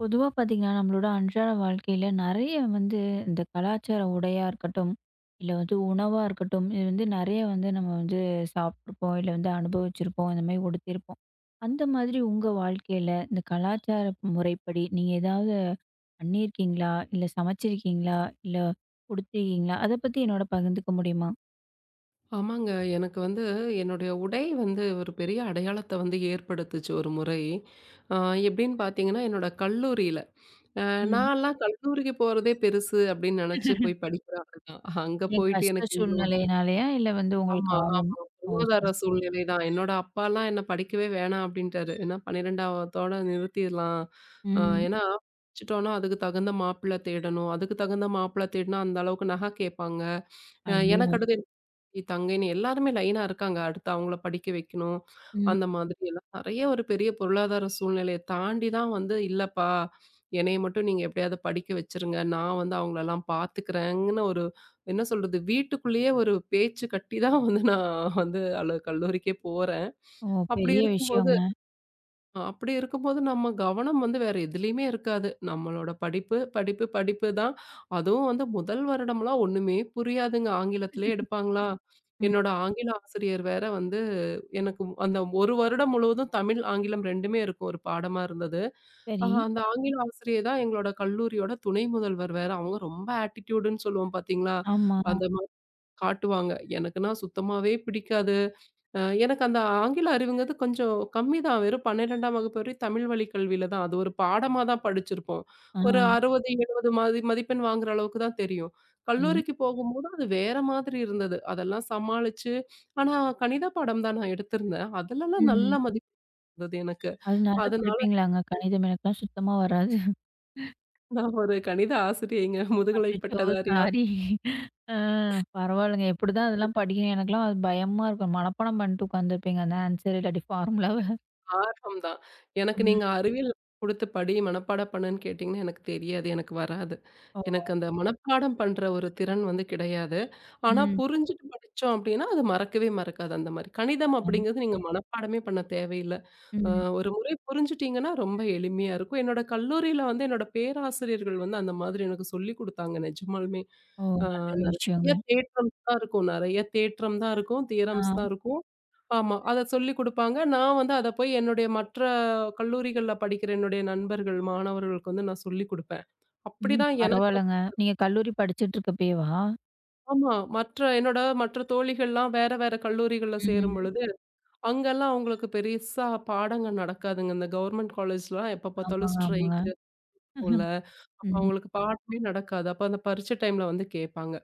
பொதுவாக பார்த்தீங்கன்னா நம்மளோட அன்றாட வாழ்க்கையில் நிறைய வந்து இந்த கலாச்சார உடையாக இருக்கட்டும், இல்லை வந்து உணவாக இருக்கட்டும், இது வந்து நிறைய வந்து நம்ம வந்து சாப்பிட்ருப்போம், இல்லை வந்து அனுபவிச்சிருப்போம், இந்த மாதிரி உடுத்திருப்போம். அந்த மாதிரி உங்கள் வாழ்க்கையில் இந்த கலாச்சார முறைப்படி நீங்கள் ஏதாவது பண்ணியிருக்கீங்களா, இல்லை சமைச்சிருக்கீங்களா, இல்லை உடுத்திருக்கீங்களா, அதை பற்றி என்னோட பகிர்ந்துக்க முடியுமா? ஆமாங்க. எனக்கு வந்து என்னுடைய உடை வந்து ஒரு பெரிய அடையாளத்த வந்து ஏற்படுத்துச்சு ஒரு முறை. அ எப்படின்னு பார்த்தீங்கன்னா, என்னோட கல்லூரியில. அ ம். நான்லாம் கல்லூரிக்கு போறதே பெருசு அப்படின்னு நெனச்சு போய் படிக்கிற ஆளு தான். அங்க ஏன், போயிட்டு கஷ்ட எனக்கு இந்த உடை சூழ்நிலையினாலயா இல்லை வந்து உங்களுக்கு ஆமா, ஆர்வம்? ஆமா. ஓ பொருளாதார சரி. சூழ்நிலை தான். என்னோட அப்பாலாம் என்ன படிக்கவே வேணாம் அப்படின்ட்டாரு. ஏன்னா 12வதோட நிறுத்திர்லாம். அ ம். ஏன்னா படிச்சுட்டோம்னா அதுக்கு தகுந்த மாப்பிள்ளை தேடணும். அதுக்கு தகுந்த மாப்பிள்ளை தேடினா அந்த அளவுக்கு நகை கேட்பாங்க. ஐயோ. எனக்கு அடுத்து தங்கைன்னு எல்லாருமே லைனா இருக்காங்க. அடுத்து அவங்கள படிக்க வைக்கணும். ம். அந்த மாதிரி எல்லாம் நெறைய ஒரு பெரிய பொருளாதார சூழ்நிலைய தாண்டி தான் வந்து, "இல்லப்பா, என்னைய மட்டும் நீங்க எப்படியாவது படிக்க வச்சுருங்க. நான் வந்து அவங்களலாம் பார்த்துக்கிறேங்கன்னு" என்ன சொல்றது? வீட்டுக்குள்ளேயே ஒரு பேச்சு கட்டி தான் வந்து நான் வந்து அல கல்லூரிக்கே போறேன். ஓ, அப்படி பெரிய இருக்கும்போது விஷயங்க. அப்படி இருக்கும்போது நம்ம கவனம் வந்து வேற எதுலயுமே இருக்காது. நம்மளோட படிப்பு, படிப்பு, படிப்பு தான். அதுவும் வந்து முதல் வருடம்லாம் ஒண்ணுமே புரியாதுங்க. ஆங்கிலத்திலே எடுப்பாங்களா? ம். என்னோட ஆங்கில ஆசிரியர் வேற வந்து எனக்கு அந்த 1 வருடம் முழுவதும் தமிழ், ஆங்கிலம் 2மே இருக்கும் ஒரு பாடமா இருந்தது. சரி. அந்த ஆங்கில ஆசிரியர் தான் எங்களோட கல்லூரியோட துணை முதல்வர் வேற. அவங்க ரொம்ப ஆட்டிட்யூடுன்னு சொல்லுவோம் பார்த்தீங்களா? ஆமா. அந்த மாரி காட்டுவாங்க. எனக்குன்னா சுத்தமாவே பிடிக்காது. எனக்கு அந்த ஆங்கில அறிவுங்கிறது கொஞ்சம் கம்மி தான். வெறும் 12ஆம் வகுப்பு வரை தமிழ் வழி கல்வியில தான். அது ஒரு பாடமா தான் படிச்சிருப்போம். ஆ. ஒரு 60, 70 மதிப்பெண் வாங்குற அளவுக்கு தான் தெரியும். சரி. கல்லூரிக்கு போகும்போது அது வேற மாதிரி இருந்தது. அதெல்லாம் சமாளிச்சு ஆனா கணித பாடம் தான் நான் எடுத்திருந்தேன். அதுலலாம் நல்ல ம். மதிப்பு இருந்தது எனக்கு. அது நல்லா அதனால படிப்பீங்களாங்க? கணிதம் எனக்கெல்லாம் சுத்தமா வராது. நான் ஒரு கணித ஆசிரியைங்க. முதுகலை அச்சச்சோ! பட்டதாரி சாரி. ஆ. பரவாயில்லங்க. எப்படிதான் அதெல்லாம் படிக்கணும்? எனக்கெல்லாம் அது பயமா இருக்கும். மனப்பாடம் பண்ணிட்டு உட்காந்துருப்பீங்க, அந்த ஆன்சர் இல்லாட்டி ஃபார்முலாவ. ஆர்வம் தான். எனக்கு நீங்க ம். அறிவியல் குடுத்து படி, மனப்பாடம் பண்ணுன்னு கேட்டீங்கன்னா, எனக்கு தெரியாது. எனக்கு வராது. ஓ! எனக்கு அந்த மனப்பாடம் பண்ற ஒரு திறன் வந்து கிடையாது. ஆனா ம். புரிஞ்சுட்டு படிச்சோம் அப்படின்னா, அது மறக்கவே மறக்காது அந்த மாரி. கணிதம் அம். அப்படிங்கிறது நீங்க மனப்பாடமே பண்ண தேவையில்ல. அ ம். ஒரு முறை புரிஞ்சுட்டீங்கன்னா ரொம்ப எளிமையா இருக்கும். என்னோட கல்லூரியில வந்து என்னோட பேராசிரியர்கள் வந்து அந்த மாதிரி எனக்கு சொல்லிக் குடுத்தாங்க நிஜமாலுமே. ஓ, அ நல்ல நெறைய விஷயங்க. தேற்றம்ஸ் தான் இருக்கும். நெறைய தேற்றம் தான் இருக்கும். தியரம்ஸ் தான் ஆ. இருக்கும். ஆமா. அத சொல்லிக் குடுப்பாங்க. நான் வந்து அத போய் என்னுடைய மற்ற கல்லூரிகள்ல படிக்கிற என்னுடைய நண்பர்கள், மாணவர்களுக்கு வந்து நான் சொல்லிக் குடுப்பேன். ம். அப்படிதான் எனக்கு பரவாயில்லங்க. நீங்க கல்லூரி படிச்சுட்டு இருக்கப்பயேவா? ஆமா. மற்ற என்னோட மற்ற தோழிகள்லாம் வேற வேற கல்லூரிகள்ல ம். சேரும்பொழுது, அங்கலாம் அவங்களுக்கு பெருசா பாடங்கள் நடக்காதுங்க. இந்த கவர்மெண்ட் காலேஜ்லாம் எப்ப பார்த்தாலும் ஆமாங்க, ஆமாங்க. ஸ்ட்ரைக் இருக்கும்ல. அப்ப ம். அவங்களுக்கு பாடமே நடக்காது. அப்ப அந்த பரீட்சை டைம்ல வந்து கேட்பாங்க.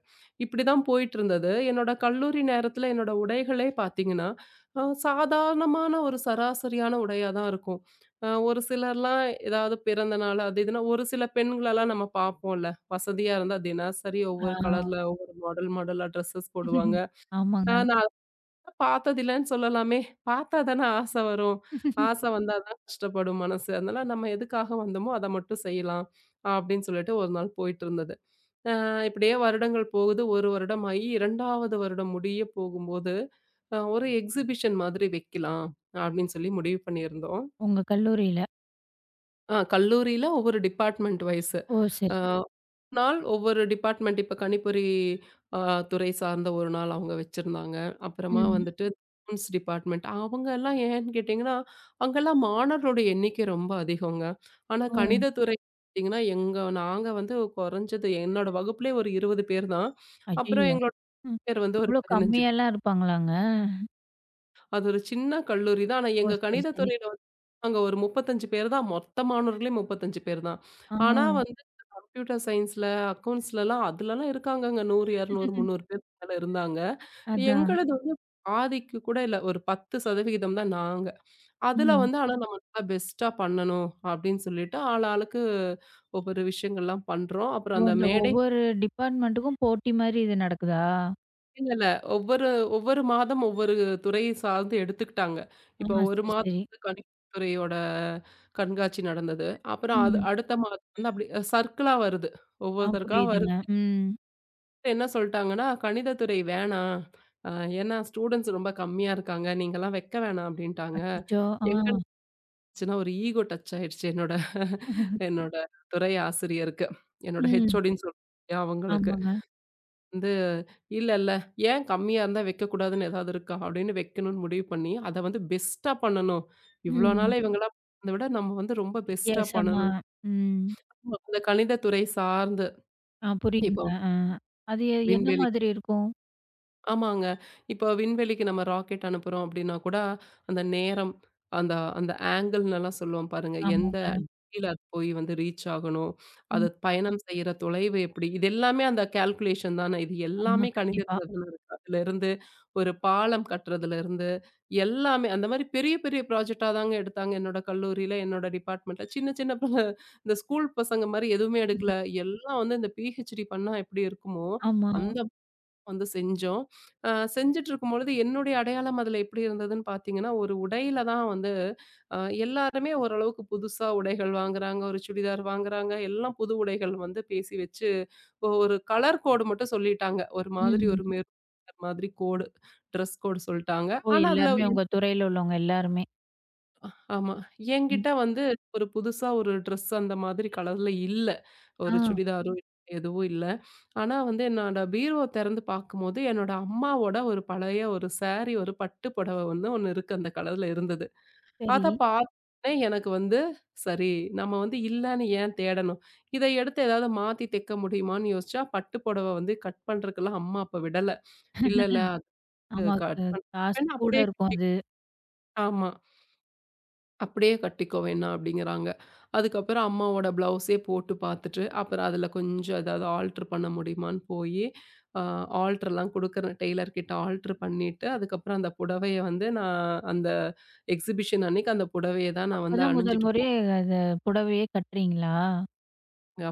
இப்படிதான் போயிட்டு இருந்தது. என்னோட கல்லூரி நேரத்துல என்னோட உடைகளே பார்த்தீங்கன்னா, சாதாரணமான ஒரு சராசரியான உடையா தான் இருக்கும். ஒரு சிலர்லாம் ஏதாவது பிறந்த நாள் அது இதுன்னா ஒரு சில பெண்களெல்லாம் நம்ம பார்ப்போம்ல. வசதியா இருந்தா தினசரி ஆ. ஒவ்வொரு கலர்ல ஒவ்வொரு மாடல் மாடலா ட்ரெஸ்ஸஸ் போடுவாங்க. ஆமாங்க. நான் பார்த்ததில்லன்னு சொல்லலாமே! பார்த்தா தானே ஆசை வரும். ஆசை வந்தா தான் கஷ்டப்படும் மனசு. அதனால நம்ம எதுக்காக வந்தோமோ, அத மட்டும் செய்யலாம். அப்டின்னு சொல்லிட்டு ஒரு நாள் போயிட்டுருந்தது. அ இப்படியே வருடங்கள் போகுது. 1 வருடம் ஆயி 2வது வருடம் முடிய போகும்போது, ஒரு எக்ஸிபிஷன் மாதிரி வைக்கலாம். அப்டின்னு சொல்லி முடிவு பண்ணியிருந்தோம். உங்க கல்லூரியில. கல்லூரியில ஒவ்வொரு டிபார்ட்மெண்ட் வைஸ். ஓ, சரி. அ நாள் ஒவ்வொரு டிபார்ட்மெண்ட் இப்ப கணிப்பொறி அ துறை சார்ந்த ஒரு நாள் அவங்க வச்சிருந்தாங்க. அப்புறமா ம். வந்துட்டு அக்கவுண்ட்ஸ் டிபார்ட்மெண்ட் அவங்க எல்லாம் ஏன்னு கேட்டீங்கன்னா, அங்கெல்லாம் மாணவர்களுடைய எண்ணிக்கை ரொம்ப அதிகங்க. ஆனா ஓ! கணித துறை பார்த்தீங்கன்னா, எங்க நாங்க வந்து குறைஞ்சது என்னோட வகுப்புலயே ஒரு 20 பேர் தான். அப்புறம் ஐயய்யோ! எங்களோட ம். பேர் வந்து ஒரு இவ்ளோ 15 பேர். கம்மியாலாம் இருப்பாங்களாங்க? அது ஒரு சின்ன கல்லூரி தான். ஆனா ஓ, எங்க சரி, கணித சரி. துறையில வந்து நாங்க ஒரு 35 பேர் தான். மொத்த மாணவர்களே 35 பேர் தான். ஆ. ஆனா வந்து கம்ப்யூட்டர் சயின்ஸ்ல, அக்கவுண்ட்ஸ்லலாம் அதுலலாம் இருக்காங்கங்க. 100, 200, 300 பேருக்கு மேல இருந்தாங்க. அதான். எங்களது வந்து பாதிக்கு கூட இல்ல. ஒரு 10% தான் நாங்க. அதுல ம். வந்து ஆனா நம்ம நல்லா பெஸ்ட்டா பண்ணணும் அப்படின்னு சொல்லிட்டு ஆளாளுக்கு ஒவ்வொரு விஷயங்கள்லாம் பண்றோம். ஓ, அப்புறம் அந்த அந்த மேடை ஒவ்வொரு டிபார்ட்மெண்ட்டுக்கும் போட்டி மாரி இது நடக்குதா? இல்ல, இல்ல. ஒவ்வொரு ஒவ்வொரு மாதம் ஒவ்வொரு துறையை சார்ந்து எடுத்துக்கிட்டாங்க. ஆ, இப்ப 1 சரி, மாதம் சரி. வந்து கணினி துறையோட கண்காட்சி நடந்தது. அப்புறம் அது ம். அடுத்த மாதம் வந்து அப்படி சர்க்கிளா வருது. ஆ, ஒவ்வொருத்தருக்கா புரியுதுங்க. வருது. ம். என்ன சொல்ட்டாங்கன்னா, "கணித துறை வேணாம். அ ஏன்னா ஸ்டூடண்ட்ஸ் ரொம்ப கம்மியா இருக்காங்க. நீங்கலாம் வைக்க வேணாம்" அப்படின்ட்டாங்க. அச்சச்சோ! ஆ. எங்க இருந்துச்சுன்னா ஒரு ஈகோ டச் ஆயிடுச்சு என்னோட என்னோட துறை ஆசிரியருக்கு. என்னோட ம். ஹெச்ஓடின்னு சொல்ல அவங்களுக்கு. ஆமாங்க. வந்து, "இல்ல, இல்ல. ஏன் கம்மியா இருந்தா வைக்கக்கூடாதுன்னு ஏதாவது இருக்கா?" அப்படின்னு வைக்கணும்னு முடிவு பண்ணி, அத வந்து பெஸ்ட்டா பண்ணணும். இவ்வளோ ம். நாளா இவங்களா பண்ணத விட, நம்ம வந்து ரொம்ப பெஸ்ட்டா வித்தியாசமா. பண்ணணும். ம். அந்த கணிதத்துறை சார்ந்து, ஆ, இப்போ புரியுதுங்க. ஆ. அது என்ன விண்வெளி மாதிரி இருக்கும்? ஆமாங்க. இப்போ விண்வெளிக்கு நம்ம ராக்கெட் அனுப்புறோம் அப்டின்னா கூட, அந்த நேரம், அந்த அந்த ஆங்கிள்னலாம் சொல்லுவோம் பாருங்க. எந்த ஆமாங்க. டிகிரில அது போய் வந்து ரீச் ஆகணும். அது ம். பயணம் செய்ற தொலைவு எப்டி? இது எல்லாமே அந்த கால்குலேஷன் தானே. இது ஆமா, எல்லாமே கண்டிப்பா. கணிதத்துல தான இருக்கு. அதுலருந்து ஒரு பாலம் கட்டுறதுலருந்து எல்லாமே அந்த மாரி பெரிய பெரிய ப்ராஜெக்ட்டா தாங்க எடுத்தாங்க. என்னோட கல்லூரியில, என்னோட டிபார்ட்மெண்ட்ல. சின்ன சின்ன பிள்ளை, இந்த ஸ்கூல் பசங்க மாரி எதுவுமே எடுக்கல. எல்லாம் வந்து இந்த பிஹெச்டி பண்ணா எப்டி இருக்குமோ, ஆமா. அந்த வந்து செஞ்சோம். அ செஞ்சுட்ருக்கும்பொழுது, என்னுடைய அடையாளம் அதுல எப்படி இருந்ததுன்னு பார்த்தீங்கன்னா, ஒரு உடையில தான் வந்து அ எல்லாருமே ஓரளவுக்கு புதுசா உடைகள் வாங்குறாங்க. ஒரு சுடிதார் வாங்குறாங்க. எல்லாம் புது உடைகள் வந்து பேசி வச்சு, ஒரு கலர் கோடு மட்டும் சொல்லிட்டாங்க. ஒரு மாதிரி ம். ஒரு மெரூன் கலர் மாதிரி கோடு, ட்ரெஸ் கோடு சொல்ட்டாங்க. ஓ, ஆனா, அதுல எல்லாருமே உங்க துறையில உள்ளவங்க எல்லாருமே. ஆமா. ம். என்கிட்ட வந்து ஒரு புதுசா ஒரு ட்ரெஸ் அந்த மாதிரி கலர்ல இல்ல. ஒரு ஆ, சுடிதாரோ எதுவும் இல்ல. ஆனா வந்து என்னோட பீரோ திறந்து பார்க்கும்போது, என்னோட அம்மாவோட ஒரு பழைய ஒரு சாரி, ஒரு பட்டு புடவ வந்து ஒண்ணு இருக்கு. அந்த கலர்ல இருந்தது. சரி. அத பார்த்தோனே எனக்கு வந்து, சரி நம்ம வந்து இல்லன்னு ஏன் தேடணும்? இத எடுத்து ஏதாவது மாத்தி தைக்க முடியுமான்னு யோசிச்சா, பட்டு புடவ வந்து கட் பண்றதுக்கெல்லாம் அம்மா அப்ப விடல. இல்ல இல்ல அது ஆமா. கட் க பண் காசு கூட அப்படியே இருக்கும் அது. ஆமா. அப்படியே கட்டிக்கோ வேணாம் அப்படிங்கிறாங்க. அதுக்கப்புறம் அம்மாவோட ப்ளவுஸே போட்டு பார்த்துட்டு, அப்புறம் அதில கொஞ்சம் ஏதாவது ஆல்டர் பண்ண முடியுமான்னு போயி, அ ஆல்டர்லாம் குடுக்குறேன் டெய்லர் கிட்ட ஆல்டர் பண்ணிட்டு, அதுக்கப்புறம் அந்த புடவைய வந்து நான் அந்த எக்ஸிபிஷன் அன்னைக்கு அந்த புடவைய தான் நான் வந்து அப்பதான் முதல் அணிஞ்சுட்டு முறையே போவேங்க. அத புடவையே கட்டுறீங்களா?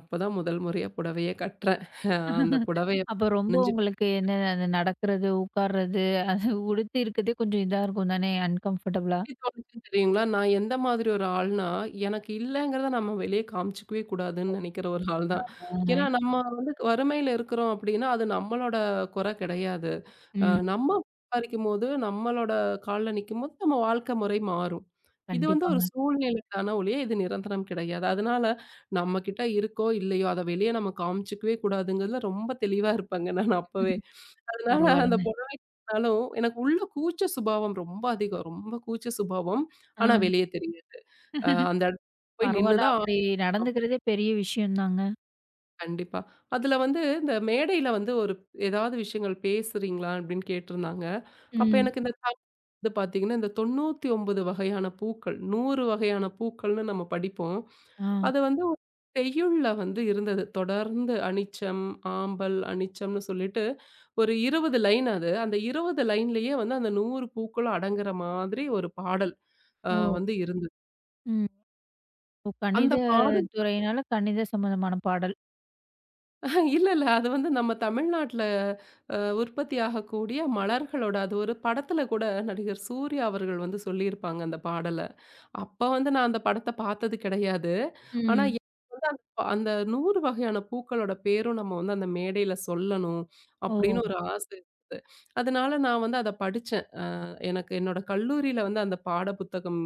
அப்பதான் முதல் முறையா புடவையே கட்டுறேன். அந்த புடவைய அப்ப ரொம்ப அணிஞ்சு உங்களுக்கு என்ன, அது நடக்கிறது, உட்கார்றது, அது உடுத்தி இருக்கிறதே கொஞ்சம் இதா இருக்கும் தானே! அன்கம்ஃபர்டபுளா. எப்படி தோணுச்சுன்னு தெரியுங்களா? நான் எந்த மாதிரி ஒரு ஆள்னா, எனக்கு இல்லங்கிறத நம்ம வெளிய காமிச்சுக்கவே கூடாதுன்னு நெனைக்கிற ஒரு ஆள் தான். ஆ. ஏன்னா நம்ம வந்து வறுமையில இருக்கிறோம் அப்டின்னா, அது நம்மளோட குறை கிடையாது. ம். நம்ம சம்பாரிக்கும்போது, நம்மளோட கால்ல நிக்கும்போது, நம்ம வாழ்க்கை முறை மாறும். இது வந்து ஒரு கண்டிப்பாங்க. சூழ்நிலைக்கான ஒழிய இது நிரந்தரம் கிடையாது. அதனால நம்மகிட்ட இருக்கோ, இல்லையோ அத வெளிய நம்ம காமிச்சுக்கவே கூடாதுங்கிறதுல ரொம்ப தெளிவா இருப்பேங்க நான் அப்பவே. அதனால அந்த பரவாயில்லங்க. புடவை கட்டினாலும் எனக்கு உள்ள கூச்ச சுபாவம் ரொம்ப அதிகம். ரொம்ப கூச்ச சுபாவம். ஆ. ஆனா வெளிய தெரியாது. அந்த இடத்துக்கு போய் நின்னு பரவாயில்ல, தான் அப்படி நடந்துக்கிறதே பெரிய விஷயம் தாங்க. கண்டிப்பா. அதுல வந்து இந்த மேடையில வந்து ஒரு ஏதாவது விஷயங்கள் பேசுறீங்களா? அப்படின்னு கேட்டிருந்தாங்க. அப்ப ம். எனக்கு இந்த தமிழ் வந்து பார்த்தீங்கன்னா, இந்த 99 வகையான பூக்கள், 100 வகையான பூக்கள்னு நம்ம படிப்போம். ஆ. அது வந்து ஒரு செய்யுள்ல வந்து இருந்தது. தொடர்ந்து அனிச்சம், ஆம்பல், அனிச்சம்னு சொல்லிட்டு ஒரு 20 லைன் அது. அந்த 20 லைன்லயே வந்து அந்த 100 பூக்களும் அடங்குற மாதிரி ஒரு பாடல் அ ஓ! வந்து இருந்தது. ம். ஓ, அந்த கணித பாடல் துறையினால கணித சம்மந்தமான பாடல். இல்ல, இல்ல. அது வந்து நம்ம தமிழ்நாட்ல உற்பத்தி ஆகக்கூடிய மலர்களோட அது ஒரு படத்துல கூட நடிகர் சூர்யா அவர்கள் வந்து சொல்லியிருப்பாங்க அந்த பாடல. அப்ப வந்து நான் அந்த படத்த பார்த்தது கிடையாது. ஆனா ம். எனக்கு வந்து அந்த அந்த 100 வகையான பூக்களோட பேரும் நம்ம வந்து அந்த மேடையில சொல்லணும் அப்படின்னு ஓ! ஒரு ஆசை இருந்தது. அதனால நான் வந்து அத படிச்சேன். எனக்கு என்னோட கல்லூரியில வந்து அந்த பாட புத்தகம்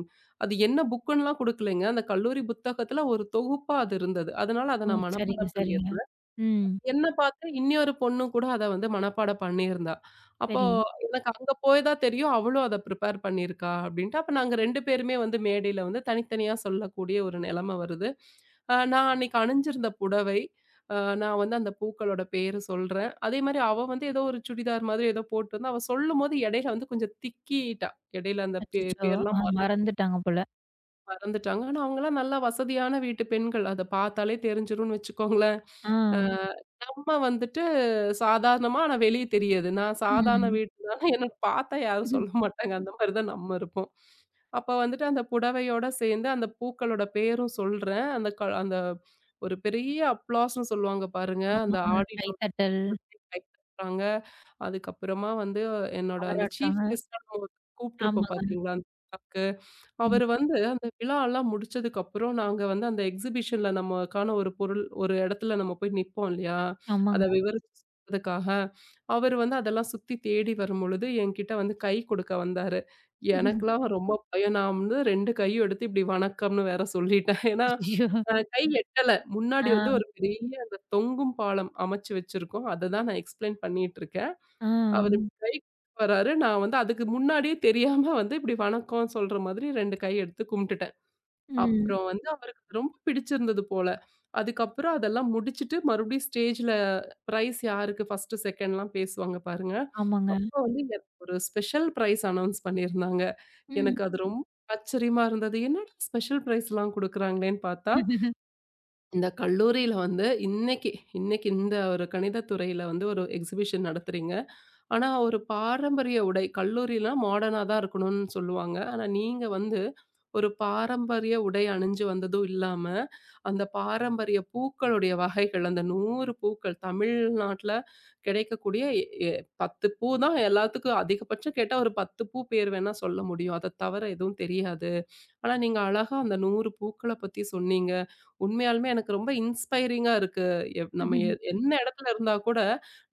அது என்ன புக்குன்னுலாம் குடுக்கலைங்க. அந்த கல்லூரி புத்தகத்துல ஒரு தொகுப்பா அது இருந்தது. அதனால அத ஓ, நான் சரிங்க, மனப்பாடம் சரிங்க. பண்ணியிருந்தேன். ம். என்ன பார்த்து இன்னொரு பொண்ணும் கூட அத வந்து மனப்பாடம் பண்ணியிருந்தா. அப்போ சரி. எனக்கு அங்க போய் தான் தெரியும். அவளும் அத ப்ரிப்பேர் பண்ணியிருக்கா அப்படின்ட்டு. அப்ப நாங்க 2 பேருமே வந்து மேடையில வந்து தனித்தனியா சொல்லக்கூடிய ஒரு நிலைமை வருது. நான் அன்னைக்கு அணிஞ்சிருந்த புடவை, அ நான் வந்து அந்த பூக்களோட பேரு சொல்றேன். அதே மாரி அவ வந்து ஏதோ ஒரு சுடிதார் மாதிரி ஏதோ போட்டிருந்தா. அவ சொல்லும்போது இடையில வந்து கொஞ்சம் திக்கிட்டா. இடையில அந்த அச்சச்சோ! ஆ, பேர்லாம் மறந்துட்டாங்க போல. மறந்துட்டாங்க. ஆனா அவங்கலாம் நல்லா வசதியான வீட்டு பெண்கள். அத பார்த்தாலே தெரிஞ்சிரும்னு வச்சுக்கோங்களேன். ஆ. ம். நம்ம வந்துட்டு சாதாரணமா ஆனா வெளிய தெரியாது. நான் சாதாரண ம். வீடுனால என்ன பார்த்தா யாரும் சொல்ல மாட்டாங்க. அந்த மாரி தான் நம்ம இருப்போம். அப்ப வந்துட்டு அந்த புடவையோட சேர்ந்து அந்த பூக்களோட பேரும் சொல்றேன். அந்த ஒரு பெரிய அப்ளாஸ்ன்னு சொல்லுவாங்க பாருங்க. அந்த ஆமாங்க. ஆடிட்டோரியத்துக்கு கைத்தட்டல், கை தட்டுறாங்க. அதுக்கப்புறமா வந்து என்னோட அந்த சீஃப் பாராட்டுறாங்க. கெஸ்ட்டா நம்ம கூப்ட்டுருப்போம் ஆமாங்க. பார்த்தீங்களா? அந்த விழாக்கு. ம். அவரு வந்து அந்த விழாலாம் முடிச்சதுக்கப்புறம், நாங்க வந்து அந்த எக்ஸிபிஷன்ல நமக்கான ஒரு பொருள் ஒரு இடத்துல நம்ம போய் நிப்போம் இல்லையா? அத ஆமாங்க. விவரிச்சு சொல்றதுக்காக, அவரு வந்து அதெல்லாம் சுத்தி தேடி வரும்பொழுது, என்கிட்ட வந்து கை கொடுக்க வந்தாரு. எனக்கெல்லாம் ரொம்ப பயம். நான் வந்து 2 கையும் எடுத்து இப்படி வணக்கம்னு வேற சொல்லிட்டேன். ஏன்னா, ஐயோ! கை எட்டல. முன்னாடி ஆ, வந்து ஒரு பெரிய அந்த தொங்கும் பாலம் அமைச்சு வச்சிருக்கோம். அத தான் நான் எக்ஸ்பிளைன் பண்ணிட்டு இருக்கேன். ஆ. அவரு கை வராரு. நான் வந்து அதுக்கு முன்னாடியே தெரியாம வந்து இப்படி வணக்கம் சொல்ற மாதிரி 2 கை எடுத்து கும்பிட்டுட்டேன். ம். அப்புறம் வந்து அவருக்கு அது ரொம்ப பிடிச்சிருந்தது போல. அதுக்கப்புறம் அதெல்லாம் முடிச்சுட்டு மறுபடியும் ஸ்டேஜ்ல பிரைஸ் யாருக்கு ஃபர்ஸ்ட், செகண்ட்லாம் பேசுவாங்க பாருங்க. ஆமாங்க. அப்போ வந்து எனக்கு ஒரு ஸ்பெஷல் பிரைஸ் அனவுன்ஸ் பண்ணியிருந்தாங்க. ம். எனக்கு அது ரொம்ப ஆச்சரியமா இருந்தது. என்னடா ஸ்பெஷல் பிரைஸ்லாம் குடுக்குறாங்களேன்னு பார்த்தா, இந்த கல்லூரியில வந்து இன்னைக்கு இன்னைக்கு இந்த ஒரு கணித துறையில வந்து ஒரு எக்ஸிபிஷன் நடத்துறீங்க. ஆனா, ஒரு பாரம்பரிய உடை கல்லூரிலாம் மாடர்னா தான் இருக்கணும்னு சொல்லுவாங்க. ஆனா, நீங்க வந்து ஒரு பாரம்பரிய உடை அணிஞ்சு வந்ததும் இல்லாம, அந்த பாரம்பரிய பூக்களுடைய வகைகள், அந்த 100 பூக்கள் தமிழ்நாட்ல கிடைக்கக்கூடிய எ எ 10 பூ தான் எல்லாத்துக்கும் அதிகபட்சம் கேட்டா ஒரு 10 பூ பேர் வேணா சொல்ல முடியும். அத தவிர எதுவும் தெரியாது. ஆனா, நீங்க அழகா அந்த 100 பூக்கள பத்தி சொன்னீங்க. உண்மையாலுமே எனக்கு ரொம்ப இன்ஸ்பைரிங்கா இருக்கு. நம்ம என்ன இடத்துல இருந்தா கூட,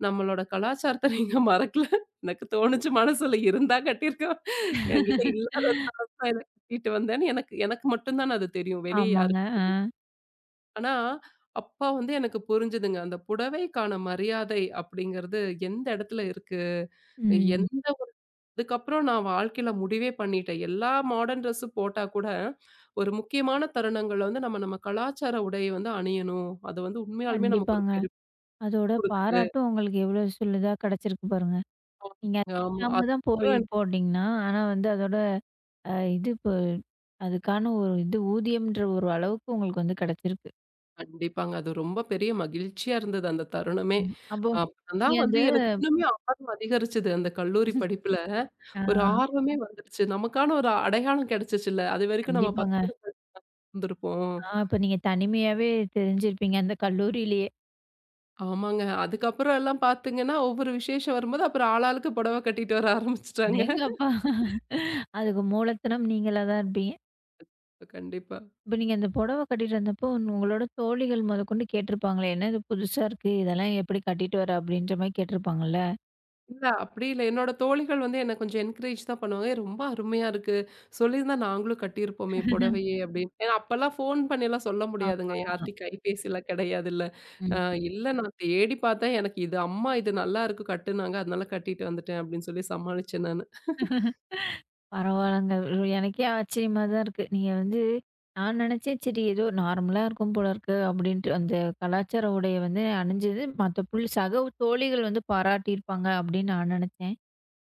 நம்மளோட கலாச்சாரத்த நீங்க மறக்கல. எனக்கு தோணுச்சு மனசுல இருந்தா கட்டியிருக்கோம். என்கிட்ட இல்லாதது தான் எனக்கு கட்டிட்டு வந்தேன்னு எனக்கு எனக்கு மட்டும் தான் அது தெரியும். வெளிய ஆமாங்க. யாருக்கு ஆ. ஆனா, அப்ப வந்து எனக்கு புரிஞ்சுதுங்க. அந்த புடவைக்கான மரியாதை அப்படிங்கிறது எந்த இடத்துல இருக்கு? ம். எந்த அதுக்கப்புறம் நான் வாழ்க்கையில முடிவே பண்ணிட்டேன். எல்லா மாடர்ன் ட்ரெஸ் போட்டா கூட, ஒரு முக்கியமான தருணங்கள்ல வந்து நம்ம நம்ம கலாச்சார உடைய வந்து அணியணும். அது வந்து உண்மையாலுமே நமக்கு ஒரு கண்டிப்பாங்க. பெருமை அதோட குடுக்குது. பாராட்டும் உங்களுக்கு எவ்வளோ சொல்லுதா கிடைச்சிருக்கு பாருங்க. நீங்க அது ஆமா, ஆமா. இல்லாம தான் போய் அதுக்கப்புறம் எனக்கு போனீங்கன்னா, ஆனா வந்து அதோட அ இது இப்போ அதுக்கான ஒரு இது ஊதியம்ன்ற ஒரு அளவுக்கு உங்களுக்கு வந்து கிடைச்சிருக்கு. கண்டிப்பாங்க. அது ரொம்ப பெரிய மகிழ்ச்சியா இருந்தது அந்த தருணமே. ம். அப்போ அப்பறம் தான் நீங்க வந்து அந்த எனக்கு இன்னுமே ஆர்வம் அதிகரிச்சது. அந்த கல்லூரி படிப்புல ஆ. ஒரு ஆர்வமே வந்துருச்சு. நமக்கான ஒரு அடையாளம் கிடைச்சுச்சுல்ல. அதுவரைக்கும் நம்ம கண்டிப்பாங்க. 10ஓட இருந்திருப்போம். ஆ, அப்ப நீங்க தனிமையாவே தெரிஞ்சிருப்பீங்க, அந்த கல்லூரியிலேயே. ஆமாங்க. அதுக்கப்புறம் எல்லாம் பார்த்தீங்கன்னா, ஒவ்வொரு விசேஷம் வரும்போது, அப்புறம் ஆளாளுக்கு புடவை கட்டிட்டு வர ஆரம்பிச்சுட்டாங்க. அடேங்கப்பா! அதுக்கு மூலத்தனம் நீங்களா தான் இருப்பீங்க. கண்டிப்பா. இப்ப நீங்க அந்த புடவ கட்டிட்டு வந்தப்போ, உங்களோட தோழிகள் முதற்கொண்டு கேட்டிருப்பாங்களே, "என்ன இது புதுசா இருக்கு? இதெல்லாம் எப்படி கட்டிட்டு வர?" அப்படின்ற மாரி கேட்டிருப்பாங்கல்ல? இல்ல அப்படி இல்ல. என்னோட தோழிகள் வந்து என்ன கொஞ்சம் என்கரேஜ் தான் பண்ணுவாங்க. "ஏய் ரொம்ப அருமையா இருக்கு. சொல்லியிருந்தா நாங்களும் கட்டியிருப்போமே புடவையே" அப்படின்னு. ஏன்னா அப்பலாம் ஃபோன் பண்ணிலாம் சொல்ல முடியாதுங்க. ஆமா. யார்ட்டயும் கைபேசிலாம் கிடையாதுல்ல. ம். "இல்ல இல்ல நான் தேடி பார்த்தேன். எனக்கு இது அம்மா இது நல்லாருக்கு கட்டுனாங்க. அதனால கட்டிட்டு வந்துட்டேன்" அப்படின்னு சொல்லி சமாளிச்சேன் நானு. பரவால்லங்க. எனக்கே ஆச்சரியமா தான் இருக்கு. நீங்க வந்து நான் நெனச்சேன், சரி ஏதோ நார்மலா இருக்கும் போல இருக்கு அப்படின்ட்டு, அந்த கலாச்சார உடைய வந்து அணிஞ்சது மத்த புள் சக தோழிகள் வந்து பாராட்டியிருப்பாங்க அப்படின்னு நான் நெனச்சேன்.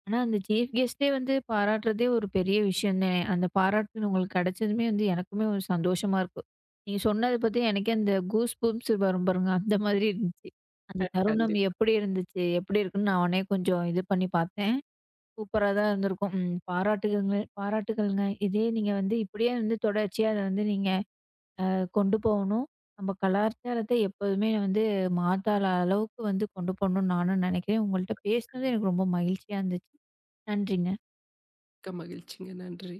ஆனா, அந்த சீஃப் கெஸ்ட்டே வந்து பாராட்டுறதே ஒரு பெரிய விஷயம் தானே! அந்த பாராட்டு உங்களுக்கு கிடைச்சதுமே வந்து எனக்குமே ஒரு சந்தோஷமா இருக்கு. நீங்க சொன்னத பத்தி எனக்கே அந்த கூஸ் பம்ப்ஸ் வரும் பாருங்க, அந்த மாதிரி இருந்துச்சு. அந்த தருணம் கண்டிப்பா. எப்படி இருந்துச்சு? எப்படி இருக்குன்னு நான் உடனே கொஞ்சம் இது பண்ணி பார்த்தேன். சூப்பரா தான் இருந்திருக்கும். ம், பாராட்டுகங்க, பாராட்டுகள்ங்க. இதே நீங்க வந்து இப்படியே வந்து தொடர்ச்சியா அத வந்து நீங்க கொண்டு போகணும். நம்ம கலாச்சாரத்த எப்போதுமே வந்து மாத்தாத அளவுக்கு வந்து கொண்டு போகணும்னு நானும் நினைக்கிறேன். உங்கள்ட்ட பேசினது எனக்கு ரொம்ப மகிழ்ச்சியா இருந்துச்சு. நன்றிங்க. மிக்க மகிழ்ச்சிங்க. நன்றி.